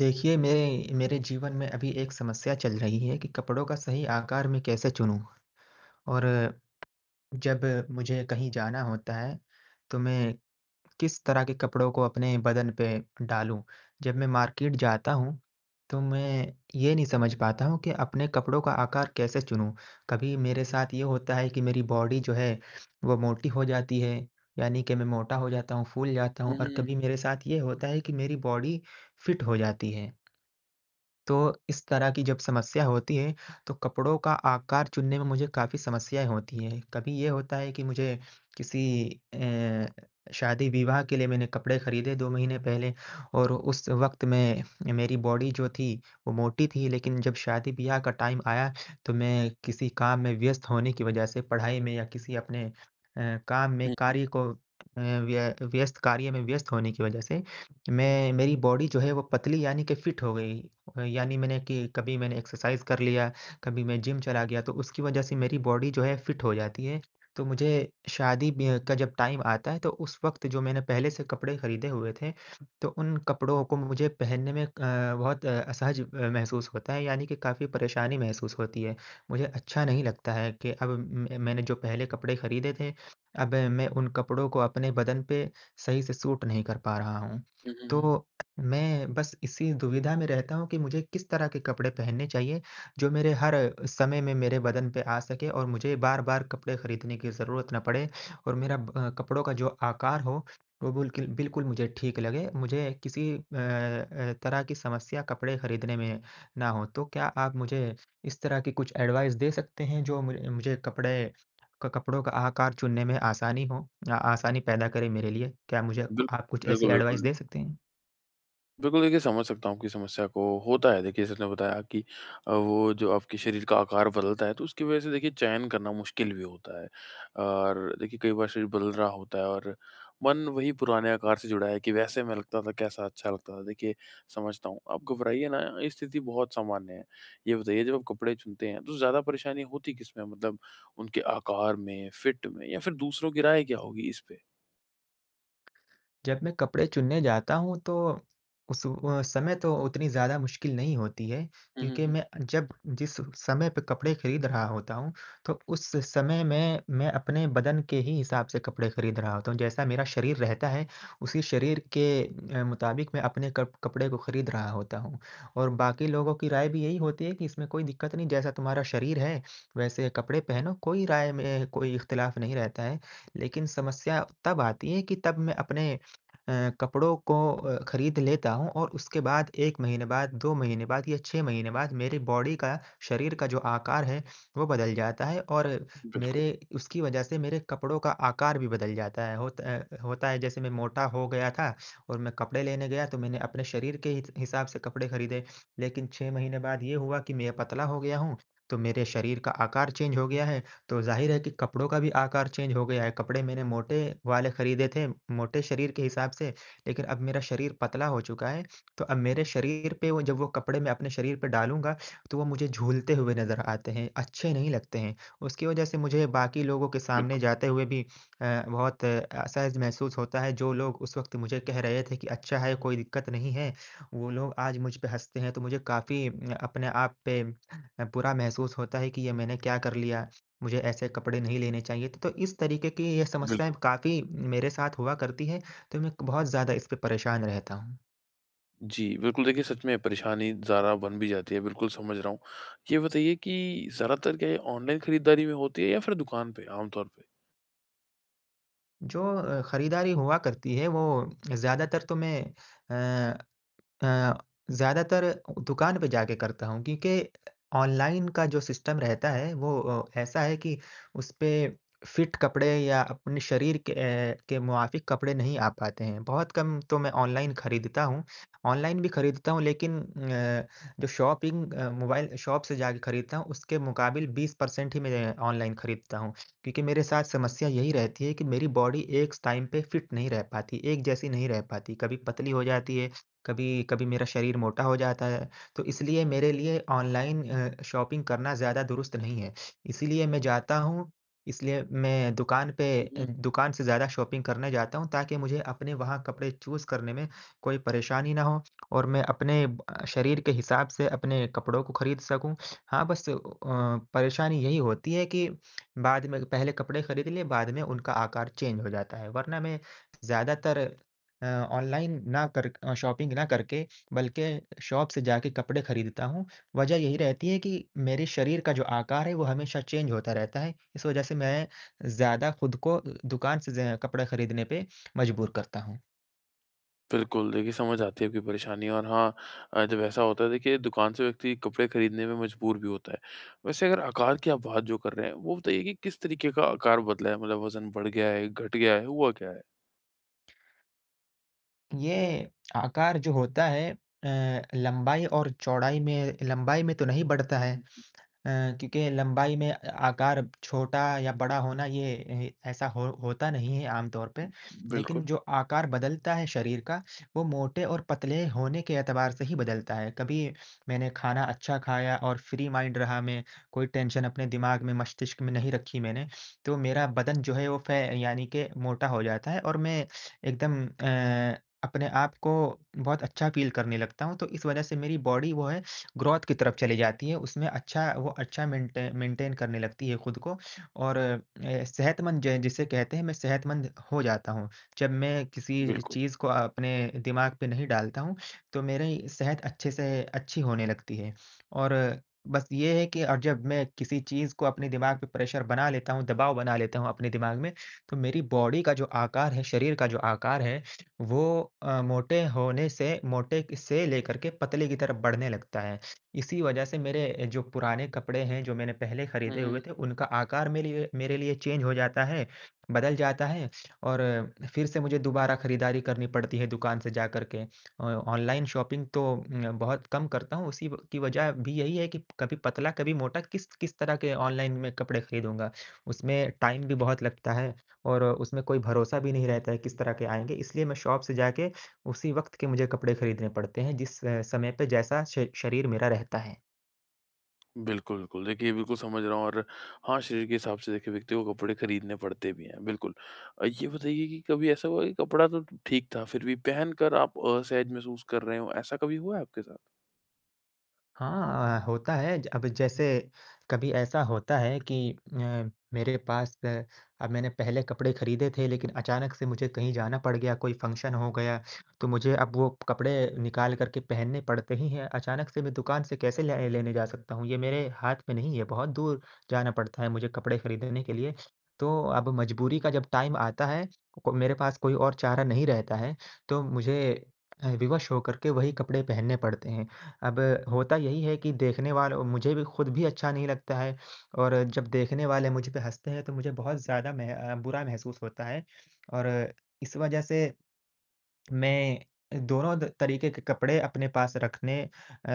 देखिए, मेरे मेरे जीवन में अभी एक समस्या चल रही है कि कपड़ों का सही आकार मैं कैसे चुनूँ? और जब मुझे कहीं जाना होता है, तो मैं किस तरह के कपड़ों को अपने बदन पे डालूँ? जब मैं मार्केट जाता हूँ, तो मैं ये नहीं समझ पाता हूँ कि अपने कपड़ों का आकार कैसे चुनूँ? कभी मेरे साथ ये होता है कि मेरी बॉडी जो है, वो मोटी हो जाती है, यानी कि मैं मोटा हो जाता हूँ, फूल जाता हुँ, हूँ और हुँ, कभी हुँ। मेरे साथ ये होता है कि मेरी बॉडी फिट हो जाती है। तो इस तरह की जब समस्या होती है तो कपड़ों का आकार चुनने में मुझे काफ़ी समस्याएँ होती हैं। कभी ये होता है कि मुझे किसी अ, शादी-विवाह के लिए मैंने कपड़े खरीदे 2 महीने पहले और उस वक़्त में मेरी बॉडी जो थी वो मोटी थी लेकिन जब शादी-ब्याह का टाइम आया तो मैं किसी काम में व्यस्त होने की वजह से पढ़ाई में या किसी अपने काम में हुँ, कार्य को व्यस्त कार्य में व्यस्त होने की वजह से मैं मेरी बॉडी जो है वो पतली यानी कि फ़िट हो गई। यानी मैंने कि कभी मैंने एक्सरसाइज़ कर लिया, कभी मैं जिम चला गया तो उसकी वजह से मेरी बॉडी जो है फ़िट हो जाती है। तो मुझे शादी ब्य का जब टाइम आता है तो उस वक़्त जो मैंने पहले से कपड़े खरीदे हुए थे, तो उन कपड़ों को मुझे पहनने में बहुत असहज महसूस होता है यानी कि काफ़ी परेशानी महसूस होती है। मुझे अच्छा नहीं लगता है कि अब म मैंने जो पहले कपड़े खरीदे थे, अब मैं उन कपड़ों को अपने बदन पे सही से सूट नहीं कर पा रहा हूँ। हुँ, हुँ, तो हुँ। मैं बस इसी दुविधा में रहता हूँ कि मुझे किस तरह के कपड़े पहनने चाहिए, जो मेरे हर समय में मेरे बदन पे आ सके और मुझे बार-बार कपड़े खरीदने की ज़रूरत ना पड़े और कपड़ों का जो आकार हो, वो बिल्कुल बिल्कुल मुझे ठीक लगे। मुझे किसी तरह की समस्या कपड़े खरीदने में ना हो। तो क्या आप मुझे इस तरह की कुछ एडवाइस दे सकते हैं, जो मुझे कपड़े क कपड़ों का आकार चुनने में आसानी हो आसानी पैदा करे मेरे लिए? क्या मुझे बिल्कुल, आप कुछ ऐसी बिल्कुल, एडवाइस बिल्कुल। दे सकते हैं? बिल्कुल, देखिए समझ सकता हूँ आपकी समस्या को। होता है देखिए, जैसे आपने बताया कि वो जो आपके शरीर का आकार बदलता है, तो उसकी वज़ह से देखिए चयन करना मुश्किल भी होता है। और देखिए कई बार शरीर बदल रहा होता है और मन वही पुराने आकार से जुड़ा है कि वैसे मैं लगता था, कैसा अच्छा लगता था। देखिए समझता हूँ, आप घबराइए ना, ये स्थिति बहुत सामान्य है। ये बताइए जब आप कपड़े चुनते हैं तो ज़्यादा परेशानी होती किसमें है? मतलब उनके आकार में, फिट में या फिर दूसरों की राय क्या होगी इस पे? जब मैं कपड़े चुनने जाता हूँ तो उस समय तो उतनी ज़्यादा मुश्किल नहीं होती है हुँ, हुँ, क्योंकि हुँ। मैं जब जिस समय पे कपड़े खरीद रहा होता हूँ, तो उस समय में मैं अपने बदन के ही हिसाब से कपड़े खरीद रहा होता हूँ। जैसा मेरा शरीर रहता है, उसी शरीर के मुताबिक मैं अपने कप कपड़े को खरीद रहा होता हूँ और बाकी लोगों की राय भी यही होती है कि इसमें कोई दिक्कत नहीं, जैसा तुम्हारा शरीर है, वैसे कपड़े पहनो, कोई राय में कोई इख्तिलाफ़ नहीं रहता है। लेकिन समस्या तब आती है कि तब मैं अपने अ, कपड़ों को खरीद लेता हूँ और उसके बाद 1 महीने बाद, 2 महीने बाद या 6 महीने बाद मेरे बॉडी का, शरीर का जो आकार है, वो बदल जाता है और मेरे बिल्कुल, उसकी वजह से मेरे कपड़ों का आकार भी बदल जाता है। होता है जैसे मैं मोटा हो गया था और मैं कपड़े लेने गया तो मैंने अपने शरीर के हित हिसाब से कपड़े खरीदे। लेकिन 6 महीने बाद ये हुआ कि मैं पतला हो गया हूँ, तो मेरे शरीर का आकार चेंज हो गया है तो ज़ाहिर है कि कपड़ों का भी आकार चेंज हो गया है, कपड़े मैंने मोटे वाले खरीदे थे, मोटे शरीर के हिसाब से, लेकिन अब मेरा शरीर पतला हो चुका है, तो अब मेरे शरीर पे वो कपड़े मैं अपने शरीर पे डालूँगा, तो वो मुझे झूलते हुए नज़र आते हैं, अच्छे नहीं लगते हैं। उसकी वजह से मुझे बाकी लोगों के सामने बिल्कुल, जाते हुए भी बहुत असहज महसूस होता है, जो लोग उस वक़्त मुझे कह रहे थे कि अच्छा है, कोई दिक्कत नहीं है, वो लोग आज मुझ पे हँसते हैं, तो मुझे काफ़ी अपने आप पे बुरा महसूस होता है कि ये मैंने क्या कर लिया। मुझे ऐसे कपड़े नहीं लेने चाहिए थे। तो इस तरीके की ये समस्याएँ बिल्कुल। काफ़ी मेरे साथ हुआ करती है, तो मैं बहुत ज़्यादा इस पे परेशान रहता हूँ। जी, बिल्कुल देखिए सच में परेशानी ज़रा बन भी जाती है, बिल्कुल समझ रहा हूँ। ये बताइए कि ज़्यादातर क्या ये ऑनलाइन खरीदारी में होती है या फिर दुकान पे आम तौर पे? जो खरीदारी हुआ करती है वो ज़्यादातर तो मैं अ, अ, ज़्यादातर दुकान पे जाके करता हूँ क्योंकि ऑनलाइन का जो सिस्टम रहता है वो ऐसा है कि उसपे फिट कपड़े या अपने शरीर के के मुवाफ़िक कपड़े नहीं आ पाते हैं। बहुत कम तो मैं ऑनलाइन खरीदता हूँ। ऑनलाइन भी खरीदता हूँ लेकिन जो शॉपिंग मोबाइल शॉप से जाके खरीदता हूँ उसके मुकाबिल 20% ही मैं ऑनलाइन खरीदता हूँ। क्योंकि मेरे साथ समस्या यही रहती है कि मेरी बॉडी एक स टाइम पे फिट नहीं रह पाती, एक जैसी नहीं रह पाती। कभी पतली हो जाती है, कभी कभी मेरा शरीर मोटा हो जाता है, तो इसलिए मेरे लिए ऑनलाइन शॉपिंग करना ज़्यादा दुरुस्त नहीं है। इसीलिए मैं जाता हूँ, इसलिए मैं दुकान पे हुँ। दुकान से ज़्यादा शॉपिंग करने जाता हूँ ताकि मुझे अपने वहाँ कपड़े चूज़ करने में कोई परेशानी ना हो और मैं अपने शरीर के हिसाब से अपने कपड़ों को खरीद सकूँ। हाँ, बस परेशानी यही होती है कि बाद में पहले कपड़े खरीद लिए, बाद में उनका आकार चेंज हो जाता है, वरना मैं ज़्यादातर अ, ऑनलाइन ना कर अ, शॉपिंग ना करके बल्कि शॉप से जाके कपड़े खरीदता हूँ। वजह यही रहती है कि मेरे शरीर का जो आकार है वो हमेशा चेंज होता रहता है। इस वजह से मैं ज़्यादा खुद को दुकान से ज कपड़ा खरीदने पे मजबूर करता हूँ। बिल्कुल, देखिए समझ आती है आपकी परेशानी और हाँ, जब ऐसा होता है देखिए दुकान से व्यक्ति कपड़े खरीदने में मजबूर भी होता है। वैसे अगर आकार की आप बात जो कर रहे हैं, वो बताइए कि किस तरीके का आकार बदला है? मतलब वज़न बढ़ गया है, घट गया है, हुआ क्या है? ये आकार जो होता है लंबाई और चौड़ाई में लंबाई में तो नहीं बढ़ता हुँ, है। हुँ, अ, हुँ। क्योंकि लंबाई में आकार छोटा या बड़ा होना ये ऐसा हो होता नहीं है आम तौर पे। लेकिन बिल्कुल, जो आकार बदलता है शरीर का, वो मोटे और पतले होने के एतबार से ही बदलता है। कभी मैंने खाना अच्छा खाया और फ्री माइंड रहा मैं, कोई टेंशन अपने दिमाग में, मस्तिष्क में नहीं रखी मैंने, तो मेरा बदन जो है वो फै यानी कि मोटा हो जाता है और मैं एकदम अपने आप को बहुत अच्छा फ़ील करने लगता हूँ। तो इस वज़ह से मेरी बॉडी वो है ग्रोथ की तरफ चली जाती है, उसमें अच्छा वो अच्छा मेंटेन करने लगती है खुद को और सेहतमंद ज जिसे कहते हैं मैं सेहतमंद हो जाता हूँ। जब मैं किसी बिल्कुल। चीज़ को अपने दिमाग पे नहीं डालता हूँ, तो मेरी सेहत अच्छे से अच्छी होने लगती है। और बस ये है कि और जब मैं किसी चीज़ को अपने दिमाग पे प्रेशर बना लेता हूँ, दबाव बना लेता हूँ अपने दिमाग में, तो मेरी बॉडी का जो आकार है, शरीर का जो आकार है, वो मोटे से लेकर के पतले की तरफ बढ़ने लगता है। इसी वजह से मेरे जो पुराने कपड़े हैं, जो मैंने पहले हुँ, खरीदे हुए हुँ। थे, उनका आकार मेरे लिए चेंज हो जाता है, बदल जाता है और फिर से मुझे दोबारा खरीदारी करनी पड़ती है दुकान से जाकर के। ऑनलाइन शॉपिंग तो बहुत कम करता हूँ, उसी व की वजह भी यही है कि कभी पतला, कभी मोटा, किस किस तरह के ऑनलाइन में कपड़े खरीदूँगा। उसमें टाइम भी बहुत लगता है और उसमें कोई भरोसा भी नहीं रहता है किस तरह के आएँगे, इसलिए मैं शॉप से जाके उसी वक़्त के मुझे कपड़े खरीदने पड़ते हैं जिस समय पे जैसा श शरीर मेरा रहता है। बिल्कुल, बिल्कुल। देखिए, बिल्कुल समझ रहा हूँ और हाँ, शरीर के हिसाब से देखिए व्यक्ति को कपड़े खरीदने पड़ते भी हैं, बिल्कुल। ये बताइए कि कभी ऐसा हुआ कि कपड़ा तो ठीक था, फिर भी पहनकर आप असहज महसूस कर रहे हों, ऐसा कभी हुआ है आपके साथ? हाँ, होता है। ज अब जैसे कभी ऐसा होता है कि मेरे पास अब मैंने पहले कपड़े खरीदे थे लेकिन अचानक से मुझे कहीं जाना पड़ गया, कोई फंक्शन हो गया, तो मुझे अब वो कपड़े निकाल कर के पहनने पड़ते ही हैं। अचानक से मैं दुकान से कैसे ले लेने जा सकता हूँ? ये मेरे हाथ में नहीं है, बहुत दूर जाना पड़ता है मुझे कपड़े खरीदने के लिए। तो अब मजबूरी का जब टाइम आता है, को मेरे पास कोई और चारा नहीं रहता है, तो मुझे विवश होकर के वही कपड़े पहनने पड़ते हैं। अब होता यही है कि देखने वालों मुझे भी खुद भी अच्छा नहीं लगता है और जब देखने वाले मुझ पे हँसते हैं तो मुझे बहुत ज़्यादा बुरा महसूस होता है और इस वजह से मैं दोनों द तरीके के कपड़े अपने पास रखने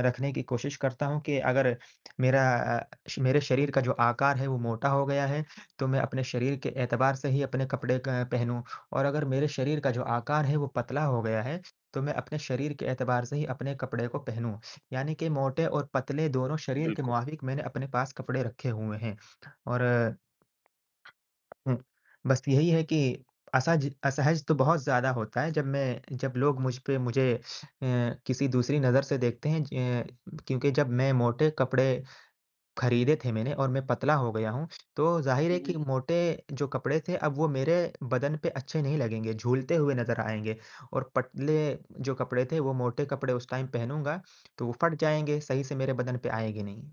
रखने की कोशिश करता हूँ कि अगर मेरा अ, श मेरे शरीर का जो आकार है वो मोटा हो गया है, तो मैं अपने शरीर के एतबार से ही अपने कपड़े क पहनूँ और अगर मेरे शरीर का जो आकार है वो पतला हो गया है, तो मैं अपने शरीर के एतबार से ही अपने कपड़े को पहनूँ। यानी कि मोटे और पतले दोनों शरीर के बिल्कुल। मुआफ़िक मैंने अपने पास कपड़े रखे हुए हैं और हुँ, बस यही है कि असज असहज तो बहुत ज़्यादा होता है जब लोग मुझ पे किसी दूसरी नज़र से देखते हैं ज क्योंकि जब मैं मोटे कपड़े खरीदे थे मैंने और मैं पतला हो गया हूँ, तो ज़ाहिर है कि मोटे जो कपड़े थे अब वो मेरे बदन पे अच्छे नहीं लगेंगे, झूलते हुए नज़र आएँगे और पतले जो कपड़े थे वो मोटे कपड़े उस टाइम पहनूँगा, तो वो फट जाएँगे, सही से मेरे बदन पे आएँगे नहीं।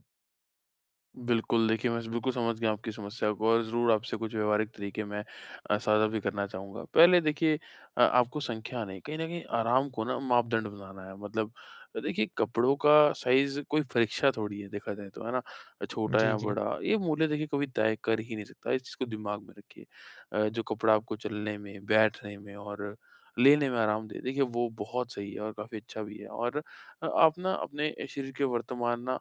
बिल्कुल, देखिए मैं स बिल्कुल समझ गया आपकी समस्या को और ज़रूर आपसे कुछ व्यावहारिक तरीके मैं साझा भी करना चाहूँगा। पहले देखिए आपको संख्या नहीं, कहीं न कहीं आराम को ना मापदंड बनाना है। मतलब देखिए कपड़ों का साइज़ कोई परीक्षा थोड़ी है, देखा जाए तो, है ना? छोटा जी, या जी। बड़ा, ये मूल्य देखिए कभी तय कर ही नहीं सकता, इस चीज़ को दिमाग में रखिए। जो कपड़ा आपको चलने में, बैठने में और लेने में आराम दे, देखिए वो बहुत सही है और काफ़ी अच्छा भी है। और आप ना अपने शरीर के वर्तमान ना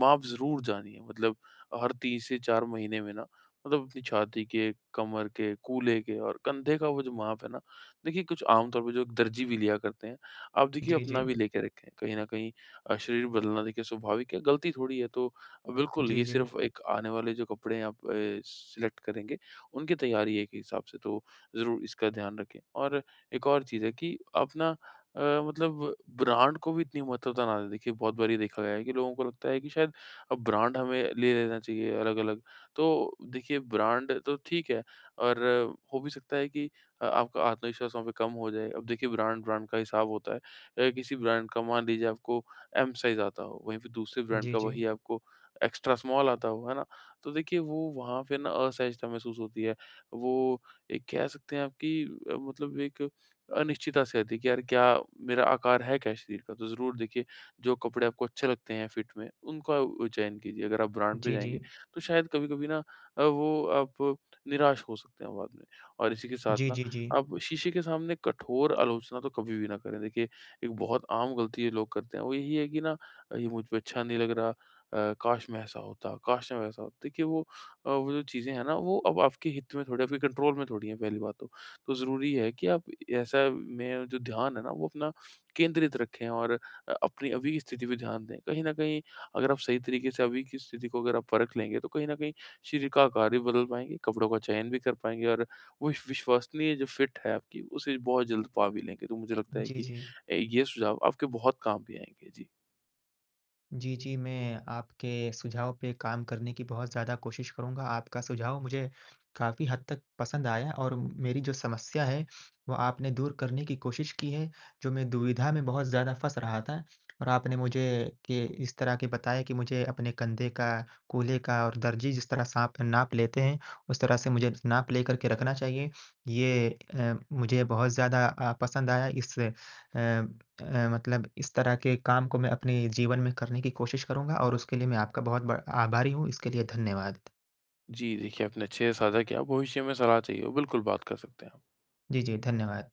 माप ज़रूर जानिए। मतलब हर 3 से 4 महीने में ना मतलब अपनी छाती के, कमर के, कूल्हे के और कंधे का वो जो माप है ना, देखिए कुछ आम तौर पे जो एक दर्जी भी लिया करते हैं, आप देखिए जी, अपना जी। भी लेके रखें। कहीं न कहीं शरीर बदलना देखिए स्वाभाविक है, गलती थोड़ी है तो बिल्कुल जी, ये जी। सिर्फ़ एक आने वाले जो कपड़े आप सिलेक्ट करेंगे, उनकी तैयारी है एक हिसाब से तो ज़रूर इसका ध्यान रखें। और एक और चीज़ है कि आप ना अ, मतलब ब्रांड को भी इतनी महत्वता ना दें। देखिए बहुत बार ये देखा गया है कि लोगों को लगता है कि शायद अब ब्रांड हमें ले लेना चाहिए अलग-अलग। तो देखिए ब्रांड तो ठीक है और हो भी सकता है कि आपका आत्मविश्वास वहाँ पे कम हो जाए। अब देखिए ब्रांड का हिसाब होता है। किसी ब्रांड का मान लीजिए आपको एम साइज़ आता हो, वहीं पे दूसरे ब्रांड जी, का जी। वही आपको एक्स्ट्रा स्मॉल आता हो, है ना? तो देखिए वो वहाँ पे ना असहजता महसूस होती है। वो एक कह सकते हैं आपकी एक अनिश्चितता सी आती है कि यार क्या मेरा आकार है क्या शरीर का? तो ज़रूर देखिए जो कपड़े आपको अच्छे लगते हैं फिट में, उनका चयन कीजिए। अगर आप ब्रांड पे जी, जाएँगे, जी। तो शायद कभी-कभी ना वो आप निराश हो सकते हैं बाद में। और इसी के साथ जी, ना, जी, जी। आप शीशे के सामने कठोर आलोचना तो कभी भी ना करें। देखिए, एक बहुत आम गलती ये लोग करते हैं, वो यही है कि ना ये मुझ पे अच्छा नहीं लग रहा काश मैं ऐसा होता, काश मैं वैसा होता। देखिए वो जो चीज़ें हैं ना, वो अब आपके हित में थोड़ी, आपके कंट्रोल में थोड़ी हैं पहली बात तो। तो ज़रूरी है कि आप ऐसा में जो ध्यान है ना, वो अपना केंद्रित रखें और अपनी अभी की स्थिति पे ध्यान दें। कहीं न कहीं अगर आप सही तरीके से अभी की स्थिति को अगर आप परख लेंगे, तो कहीं न कहीं शरीर का आकार भी बदल पाएँगे, कपड़ों का चयन भी कर पाएँगे और वो विश्वसनीय जो फिट है आपकी, उसे बहुत जल्द पा भी लेंगे। तो मुझे लगता है जी, कि जी। ये सुझाव आपके बहुत काम भी आएँगे। जी। जी, जी, मैं आपके सुझाव पे काम करने की बहुत ज़्यादा कोशिश करूँगा। आपका सुझाव मुझे काफ़ी हद तक पसंद आया और मेरी जो समस्या है, वो आपने दूर करने की कोशिश की है, जो मैं दुविधा में बहुत ज़्यादा फँस रहा था। और आपने मुझे के इस तरह के बताया कि मुझे अपने कंधे का, कूल्हे का और दर्जी जिस तरह साँप नाप लेते हैं, उस तरह से मुझे नाप लेकर के रखना चाहिए। ये मुझे बहुत ज़्यादा पसंद आया। इस अ मतलब इस तरह के काम को मैं अपने जीवन में करने की कोशिश करूँगा और उसके लिए मैं आपका बहुत ब आभारी हूँ। इसके लिए धन्यवाद। जी, देखिए आपने अच्छे से साझा किया। भविष्य में सलाह चाहिए हो, बिल्कुल बात कर सकते हैं आप। जी, जी, धन्यवाद।